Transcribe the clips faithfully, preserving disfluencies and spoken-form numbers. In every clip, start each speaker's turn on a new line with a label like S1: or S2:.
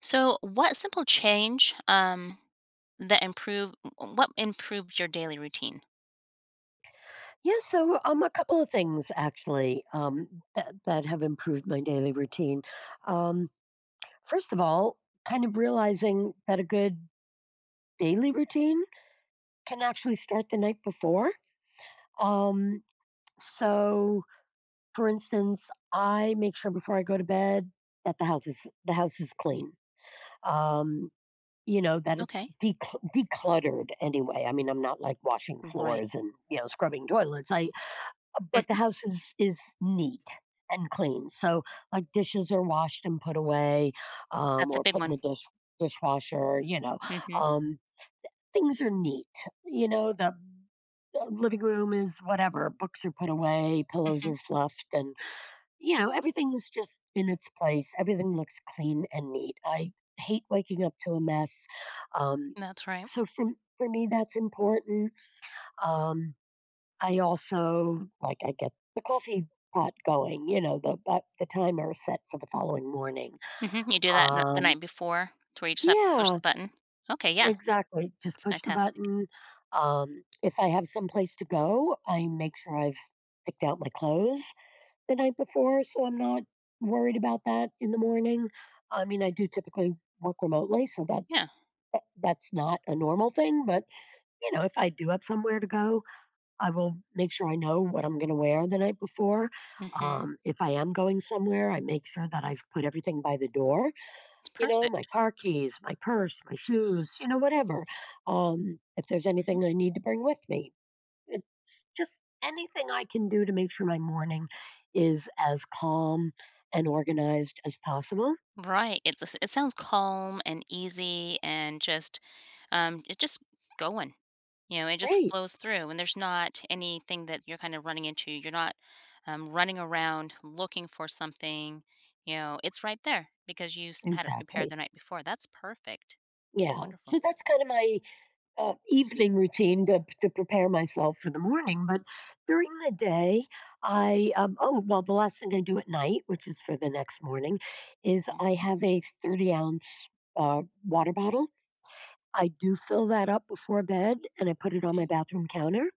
S1: So, what simple change um, that improve what improved your daily routine?
S2: Yeah, so um, a couple of things actually, um, that that have improved my daily routine. Um, First of all, kind of realizing that a good daily routine can actually start the night before. Um, so, for instance, I make sure before I go to bed that the house is the house is clean. Um, you know that it's
S1: Okay,
S2: dec decluttered anyway. I mean, I'm not like washing
S1: right.
S2: floors and you know scrubbing toilets. I But the
S1: hmm
S2: house is is neat and clean, so, like, dishes are washed and put away, um,
S1: That's a
S2: or
S1: big
S2: put in
S1: one.
S2: the dish dishwasher, you know,
S1: hmm
S2: um, things are neat, you know, the the living room is whatever, books are put away, pillows are
S1: hmm
S2: fluffed, and, you know, everything's just in its place, everything looks clean and neat. I hate waking up to a mess, um,
S1: That's right.
S2: so for for me, that's important. um I also, like, I get the coffee pot going, you know, the uh, the timer set for the following morning.
S1: hmm You do that n- the
S2: Um,
S1: night before, to where you just have to push
S2: yeah,
S1: the button. Okay, yeah,
S2: exactly. Just
S1: it's
S2: push the
S1: fantastic.
S2: button. Um, if I have someplace to go, I make sure I've picked out my clothes the night before, so I'm not worried about that in the morning. I mean, I do typically work remotely, so that
S1: Yeah,
S2: that- that's not a normal thing. But you know, if I do have somewhere to go, I will make sure I know what I'm going to wear the night before.
S1: hmm
S2: Um, if I am going somewhere, I make sure that I've put everything by the door.
S1: it's
S2: You know, my
S1: perfect.
S2: car keys, my purse, my shoes, you know, whatever. Um, if there's
S1: Mm-hmm.
S2: anything I need to bring with me, it's just anything I can do to make sure my morning is as calm and organized as possible.
S1: Right. It's a s it sounds calm and easy and just, um, it's just going. You know, it just
S2: Great.
S1: flows through, and there's not anything that you're kind of running into. You're not, um, Running around looking for something. You know, it's right there because you s had it prepared
S2: Exactly.
S1: the night before. That's perfect.
S2: Yeah. So
S1: Wonderful.
S2: that's kind of my uh, evening routine to, to prepare myself for the morning. But during the day, I, um, oh, well, the last thing I do at night, which is for the next morning, is
S1: Mhm.
S2: I have a 30 ounce uh, water bottle. I do fill that up before bed and I put it on my
S1: Okay.
S2: bathroom counter.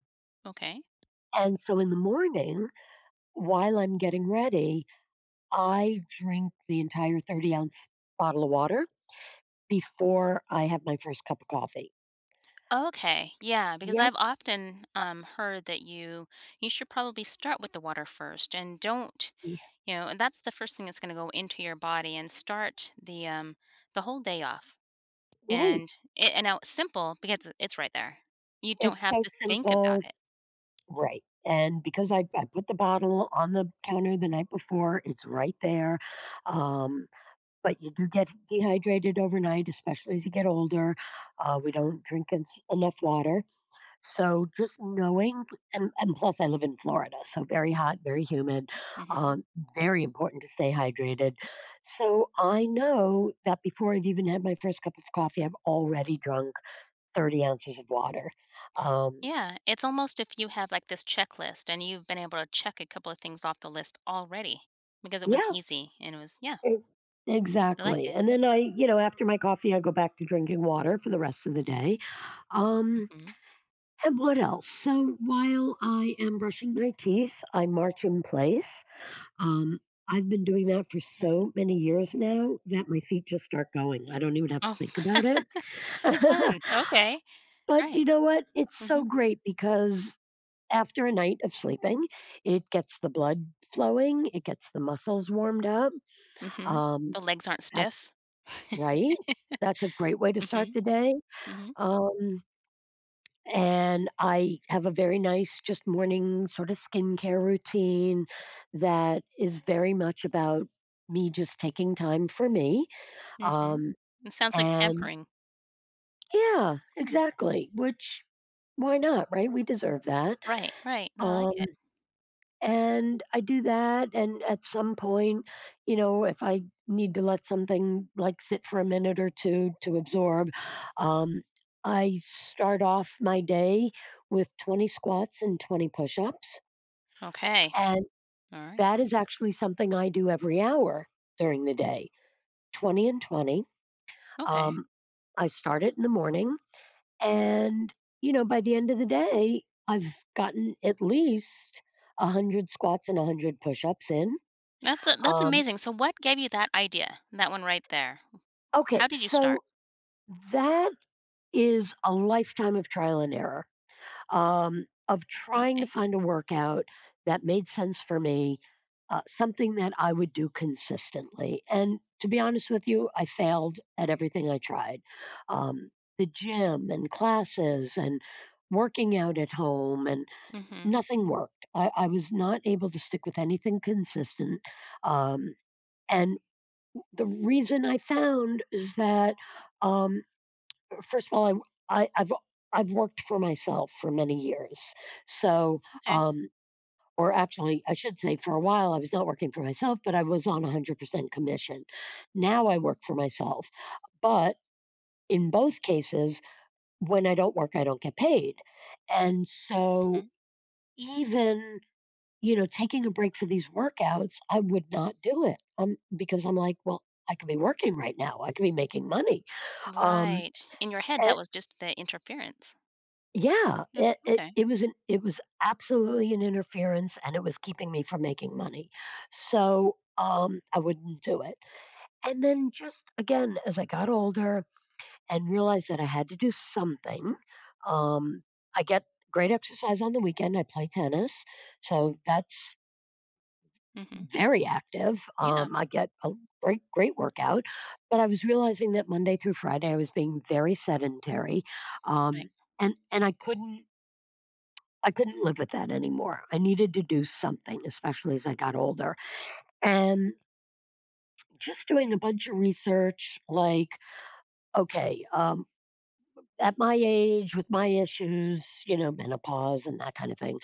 S1: Okay.
S2: And so in the morning, while I'm getting ready, I drink the entire 30 ounce bottle of water before I have my first cup of coffee.
S1: Okay. Yeah, because
S2: Yep.
S1: I've often, um, heard that you you should probably start with the water first. And don't,
S2: y-
S1: you know, and that's the first thing that's going to go into your body and start the um the whole day off.
S2: Right.
S1: And it, and now it's simple because it's right there. You don't
S2: It's
S1: have
S2: so
S1: to think about
S2: simple.
S1: it.
S2: Right. And because I, I put the bottle on the counter the night before, it's right there. Um, but you do get dehydrated overnight, especially as you get older. Uh, we don't drink en- enough water. So just knowing, and, and plus, I live in Florida, so very hot,
S1: hmm
S2: very humid,
S1: hmm
S2: um, very important to stay hydrated. So I know that before I've even had my first cup of coffee, I've already drunk thirty ounces of water. Um,
S1: Yeah, it's almost if you have like this checklist and you've been able to check a couple of things off the list already because it was
S2: yeah,
S1: easy and it was, yeah,
S2: E
S1: I like
S2: exactly,
S1: it.
S2: and then I you know, after my coffee, I go back to drinking water for the rest of the day. um,
S1: hmm
S2: and what else? So, while I am brushing my teeth, I march in place. um, I've been doing that for
S1: Right.
S2: so many years now that my feet just start going, I don't even have to
S1: Oh,
S2: think about it.
S1: fun. Okay.
S2: But you
S1: Right.
S2: know what? It's so
S1: hmm
S2: great because after a night of sleeping, it gets the blood flowing, it gets the muscles warmed up.
S1: hmm
S2: Um,
S1: The legs aren't
S2: that's
S1: stiff.
S2: Right? That's a great way to
S1: hmm
S2: start the day.
S1: hmm
S2: Um, and I have a very nice, just morning sort of skincare routine that is very much about me just taking time for me.
S1: hmm
S2: Um,
S1: It sounds like
S2: and
S1: pampering.
S2: yeah,
S1: Yeah.
S2: exactly. which Why not, right? We deserve that.
S1: Right, right. No, I
S2: Um
S1: like it.
S2: And I do that, and at some point, you know, if I need to let something, like, sit for a minute or two to absorb, um, I start off my day with twenty squats and twenty push-ups,
S1: Okay.
S2: and
S1: All right.
S2: that is actually something I do every hour during the day. twenty and twenty.
S1: Okay.
S2: Um, I start it in the morning, and, you know, by the end of the day, I've gotten at least one hundred squats and one hundred push-ups in.
S1: That's a that's
S2: um
S1: amazing. So what gave you that idea? That one right there.
S2: Okay,
S1: How did you start?
S2: so that is a lifetime of trial and error, um, of trying to
S1: Okay.
S2: find a workout that made sense for me, uh, something that I would do consistently. And to be honest with you, I failed at everything I tried. Um, the gym and classes and working out at home, and
S1: Mhm.
S2: nothing worked. I, I was not able to stick with anything consistent. Um, and the reason I found is that, um, First of all I I have I w I I've I've worked for myself for many years. So,
S1: Okay.
S2: um or actually, I should say, for a while, I was not working for myself, but I was on one hundred percent commission. Now I work for myself. But in both cases, when I don't work, I don't get paid. And so
S1: Mhm.
S2: even, you know, taking a break for these workouts, I would not do it, um, because I'm like, "Well, I could be working right now. I could be making money." Um,
S1: Right. In your head,
S2: a
S1: that was just the interference.
S2: Yeah,
S1: Yeah.
S2: it it
S1: Okay.
S2: it was an it was absolutely an interference, and it was keeping me from making money. So, um, I wouldn't do it. And then, just again, as I got older and realized that I had to do something, um, I get great exercise on the weekend. I play tennis, so that's
S1: Mhm.
S2: very active.
S1: Yeah.
S2: Um, I get a great great workout, but I was realizing that Monday through Friday I was being very sedentary, um,
S1: Right.
S2: and and I couldn't I couldn't live with that anymore. I needed to do something, especially as I got older. And just doing a bunch of research, like, okay, um, at my age, with my issues, you know, menopause and that kind of thing,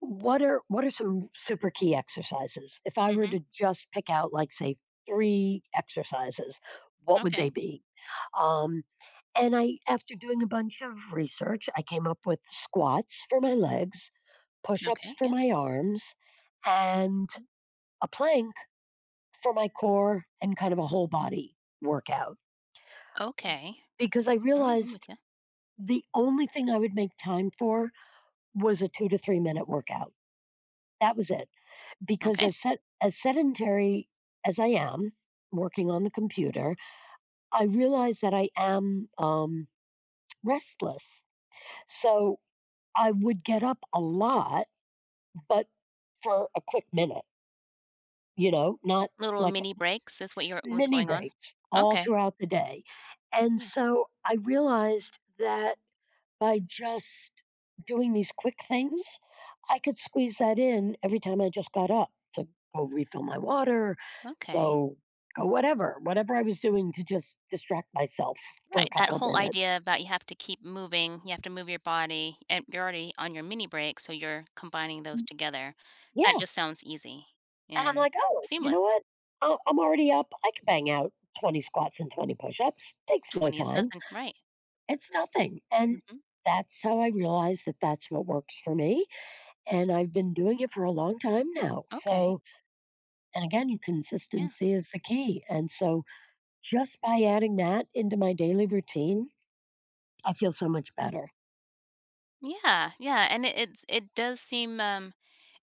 S2: what are what are some super key exercises? If I were
S1: Mhm.
S2: to just pick out, like, say, three exercises, what would they
S1: Okay.
S2: be? Um, and I, after doing a bunch of research, I came up with squats for my legs, push ups
S1: Okay.
S2: for
S1: Yeah.
S2: my arms, and a plank for my core, and kind of a whole body workout,
S1: Okay.
S2: because I
S1: All right. I'm
S2: realized
S1: with you.
S2: the only thing I would make time for was a two to three minute workout. That was it. Because
S1: Okay.
S2: as, set, as sedentary as I am working on the computer, I realized that I am, um, restless. So I would get up a lot, but for a quick minute, you know, not
S1: Little
S2: like
S1: mini breaks is what your was
S2: mini
S1: going on.
S2: breaks all
S1: Okay.
S2: throughout the day. And
S1: Right.
S2: so I realized that by just doing these quick things, I could squeeze that in every time I just got up to go refill my water,
S1: Okay.
S2: go go, whatever, whatever I was doing to just distract myself for a
S1: Right, that
S2: couple of
S1: whole
S2: minutes.
S1: idea about you have to keep moving, you have to move your body, and you're already on your mini break, so you're combining those together. That
S2: Yeah.
S1: just sounds easy
S2: And I'm
S1: and
S2: like, oh, you know
S1: seamless.
S2: what? I- I'm already up. I can bang out twenty squats and twenty push ups. Takes no
S1: twenty is
S2: time.
S1: nothing, right.
S2: It's nothing. And
S1: Mhm.
S2: that's how I realized that that's what works for me. And I've been doing it for a long time now.
S1: Okay,
S2: So, and again, you-
S1: yeah.
S2: consistency is the key. And so, just by adding that into my daily routine, I feel so much better.
S1: Yeah, yeah, and it it's it does seem, um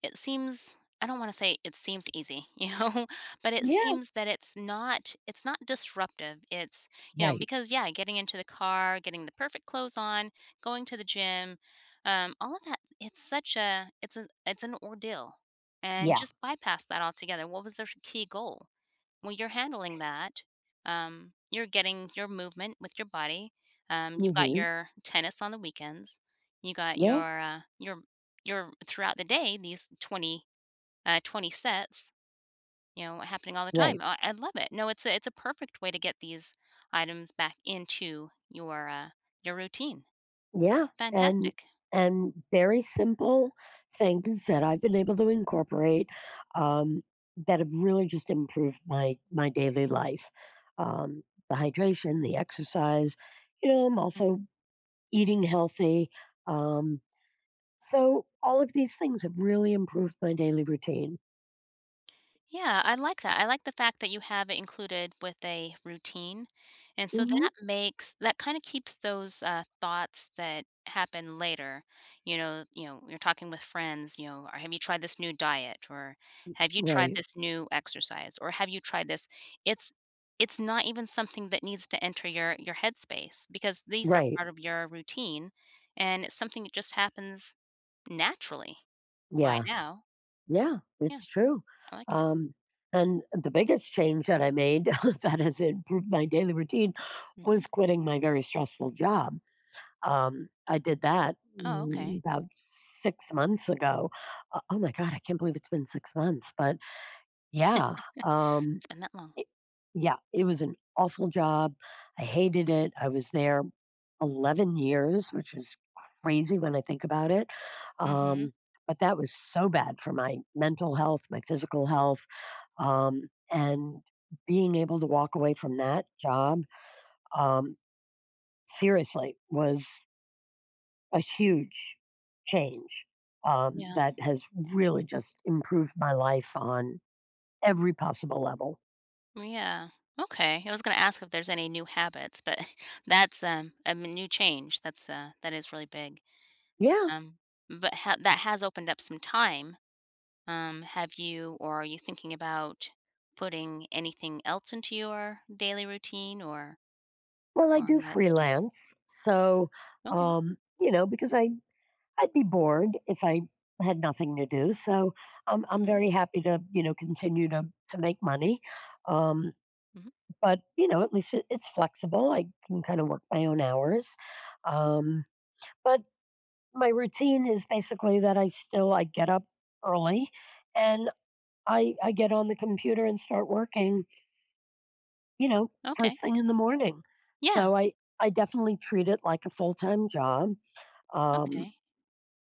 S1: It seems, I don't wanna say it seems easy, you know, but it
S2: Yeah.
S1: seems that it's not it's not disruptive, it's, you know,
S2: Right.
S1: because, yeah, getting into the car, getting the perfect clothes on, going to the gym, um, all of that, it's such a it's a it's an ordeal, and
S2: Yeah.
S1: just bypass that altogether. What was their key goal? Well, you're handling that, um, you're getting your movement with your body, um, you've got
S2: Hmm.
S1: your tennis on the weekends, you got
S2: Yeah.
S1: your, uh, your your throughout the day, these twenty, uh, twenty sets, you know, happening all the time.
S2: Right.
S1: I, I love it. No, it's a, it's a perfect way to get these items back into your, uh, your routine.
S2: Yeah. And,
S1: Fantastic.
S2: and very simple things that I've been able to incorporate, um, that have really just improved my my daily life. Um, the hydration, the exercise. You know, I'm also
S1: Mm.
S2: eating healthy. Um, So all of these things have really improved my daily routine.
S1: Yeah, I like that. I like the fact that you have it included with a routine. And so
S2: Hmm.
S1: that makes that kind of keeps those uh, thoughts that happen later. You know, you know, you're talking with friends, you know, or have you tried this new diet, or have you tried
S2: Right.
S1: this new exercise, or have you tried this? It's it's not even something that needs to enter your your headspace because these are
S2: Right.
S1: part of your routine, and it's something that just happens naturally by
S2: Yeah.
S1: now.
S2: Yeah.
S1: Yeah,
S2: It's true.
S1: I like it.
S2: Um, and the biggest change that I made that has improved my daily routine
S1: hmm
S2: was quitting my very stressful job. Um, I did that,
S1: Oh,
S2: mm,
S1: okay.
S2: about six months ago. Uh, oh my God, I can't believe it's been six months. But yeah, um,
S1: Been that long.
S2: it, yeah, it was an awful job. I hated it. I was there eleven years, which is crazy when I think about it.
S1: Mhm.
S2: Um, but that was so bad for my mental health, my physical health, um, and being able to walk away from that job, um, seriously, was a huge change, um,
S1: Yeah.
S2: that has really just improved my life on every possible level.
S1: Well, yeah. Okay. I was gonna ask if there's any new habits, but that's, um, a m new change. That's, uh, that is really big.
S2: Yeah,
S1: Um, but ha that has opened up some time. Um, have you, or are you thinking about putting anything else into your daily routine, or
S2: well, I
S1: or
S2: do
S1: not at this time?
S2: freelance, so
S1: Okay.
S2: um, you know because I I'd be bored if I had nothing to do. So I'm I'm
S1: Mhm.
S2: very happy to, you know continue to to make money, um,
S1: Mhm.
S2: but you know at least, it, it's flexible. I can kind of work my own hours, um, but my routine is basically that I still I get up early, and I I get on the computer and start working. You know first
S1: Okay.
S2: thing in the morning,
S1: Yeah.
S2: so I. I definitely treat it like a full time job. Um,
S1: Okay.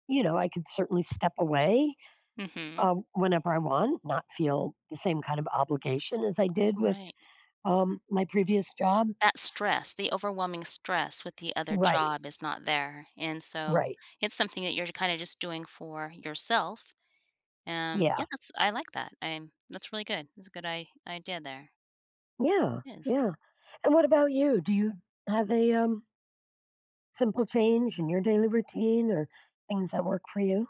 S2: you know, I could certainly step away,
S1: Mhm.
S2: uh, whenever I want, not feel the same kind of obligation as I did with,
S1: Right.
S2: um, my previous job.
S1: That stress, the overwhelming stress with the other
S2: Right,
S1: job is not there, and so
S2: right.
S1: it's something that you're kinda just doing for yourself, um,
S2: Yeah,
S1: yeah, that's, I like that, I'm that's really good, that's a good I idea there,
S2: yeah,
S1: it is.
S2: yeah. And what about you? Do you have a, um, simple change in your daily routine, or things that work for you?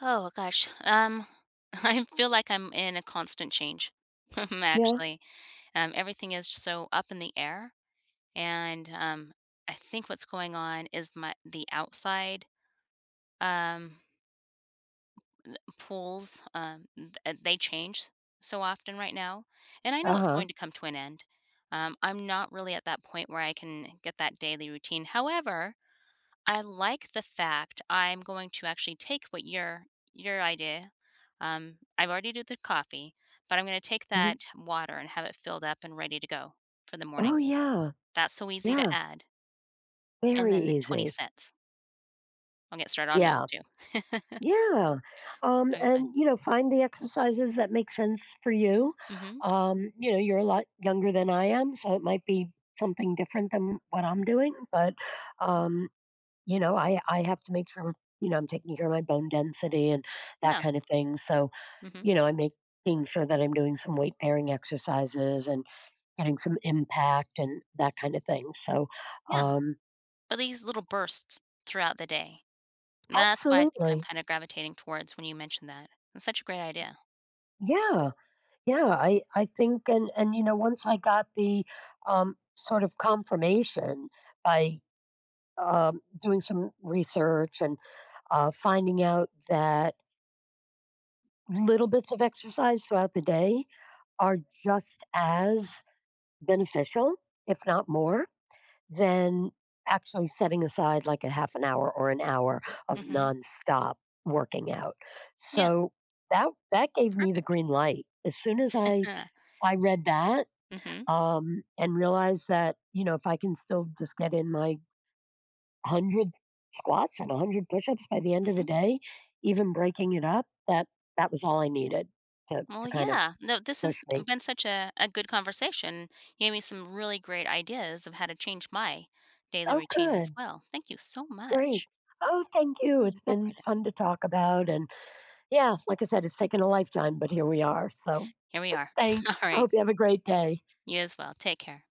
S1: Oh gosh, um, I feel like I'm in a constant change,
S2: Yeah.
S1: actually, um, everything is just so up in the air, and, um, I think what's going on is my the outside, um pools, um, th uh, they change so often right now, and I know it's
S2: Uh
S1: going to come to an end. Um, I'm not really at that point where I can get that daily routine. However, I like the fact I'm going to actually take what your your idea, um, I've already do the coffee, but I'm gonna take
S2: huh.
S1: that water and have it filled up and ready to go for the morning.
S2: Oh, yeah.
S1: That's so easy to
S2: Yeah.
S1: add, and
S2: Very
S1: then the 20
S2: easy.
S1: cents. I'll get started on those
S2: Yeah.
S1: too.
S2: Yeah. Um,
S1: That'd be fun.
S2: and, you know, find the exercises that make sense for you.
S1: Mhm.
S2: Um, you know, you're a lot younger than I am, so it might be something different than what I'm doing. But, um, you know, I, I have to make sure, you know, I'm taking care of my bone density and that
S1: Yeah.
S2: kind of thing. So,
S1: Mhm.
S2: you know, I'm making sure that I'm doing some weight bearing exercises and getting some impact and that kind of thing. So,
S1: Yeah.
S2: um,
S1: But these little bursts throughout the day, and that's what I think I'm
S2: absolutely.
S1: kinda gravitating towards when you mentioned that. It's such a great idea.
S2: Yeah. Yeah, I I think, and and you know once I got the, um, sort of confirmation by, um, doing some research and, uh, finding out that little bits of exercise throughout the day are just as beneficial, if not more, than actually setting aside like a half an hour or an hour of
S1: Mhm.
S2: nonstop working out.
S1: Yeah,
S2: So that that gave me the
S1: perfect.
S2: green light. As soon as I I read that,
S1: Mhm,
S2: um, and realize that, you know if I can still just get in my one hundred squats and one hundred push-ups by the end of the
S1: mhm.
S2: day, even breaking it up, that that was all I needed to
S1: Well,
S2: to kind of
S1: yeah. No, this
S2: push
S1: has
S2: me.
S1: been such a a good conversation. You gave me some really great ideas of how to change my daily
S2: Oh,
S1: routine as
S2: good,
S1: well. Thank you so
S2: great.
S1: much.
S2: Oh, thank you.
S1: Really
S2: It's been
S1: incorporate it.
S2: fun to talk about, and yeah, like I said, it's taken a lifetime, but here we are. So,
S1: Here we
S2: but
S1: are.
S2: thanks.
S1: All
S2: I
S1: right.
S2: hope you have a great day.
S1: You as well. Take care.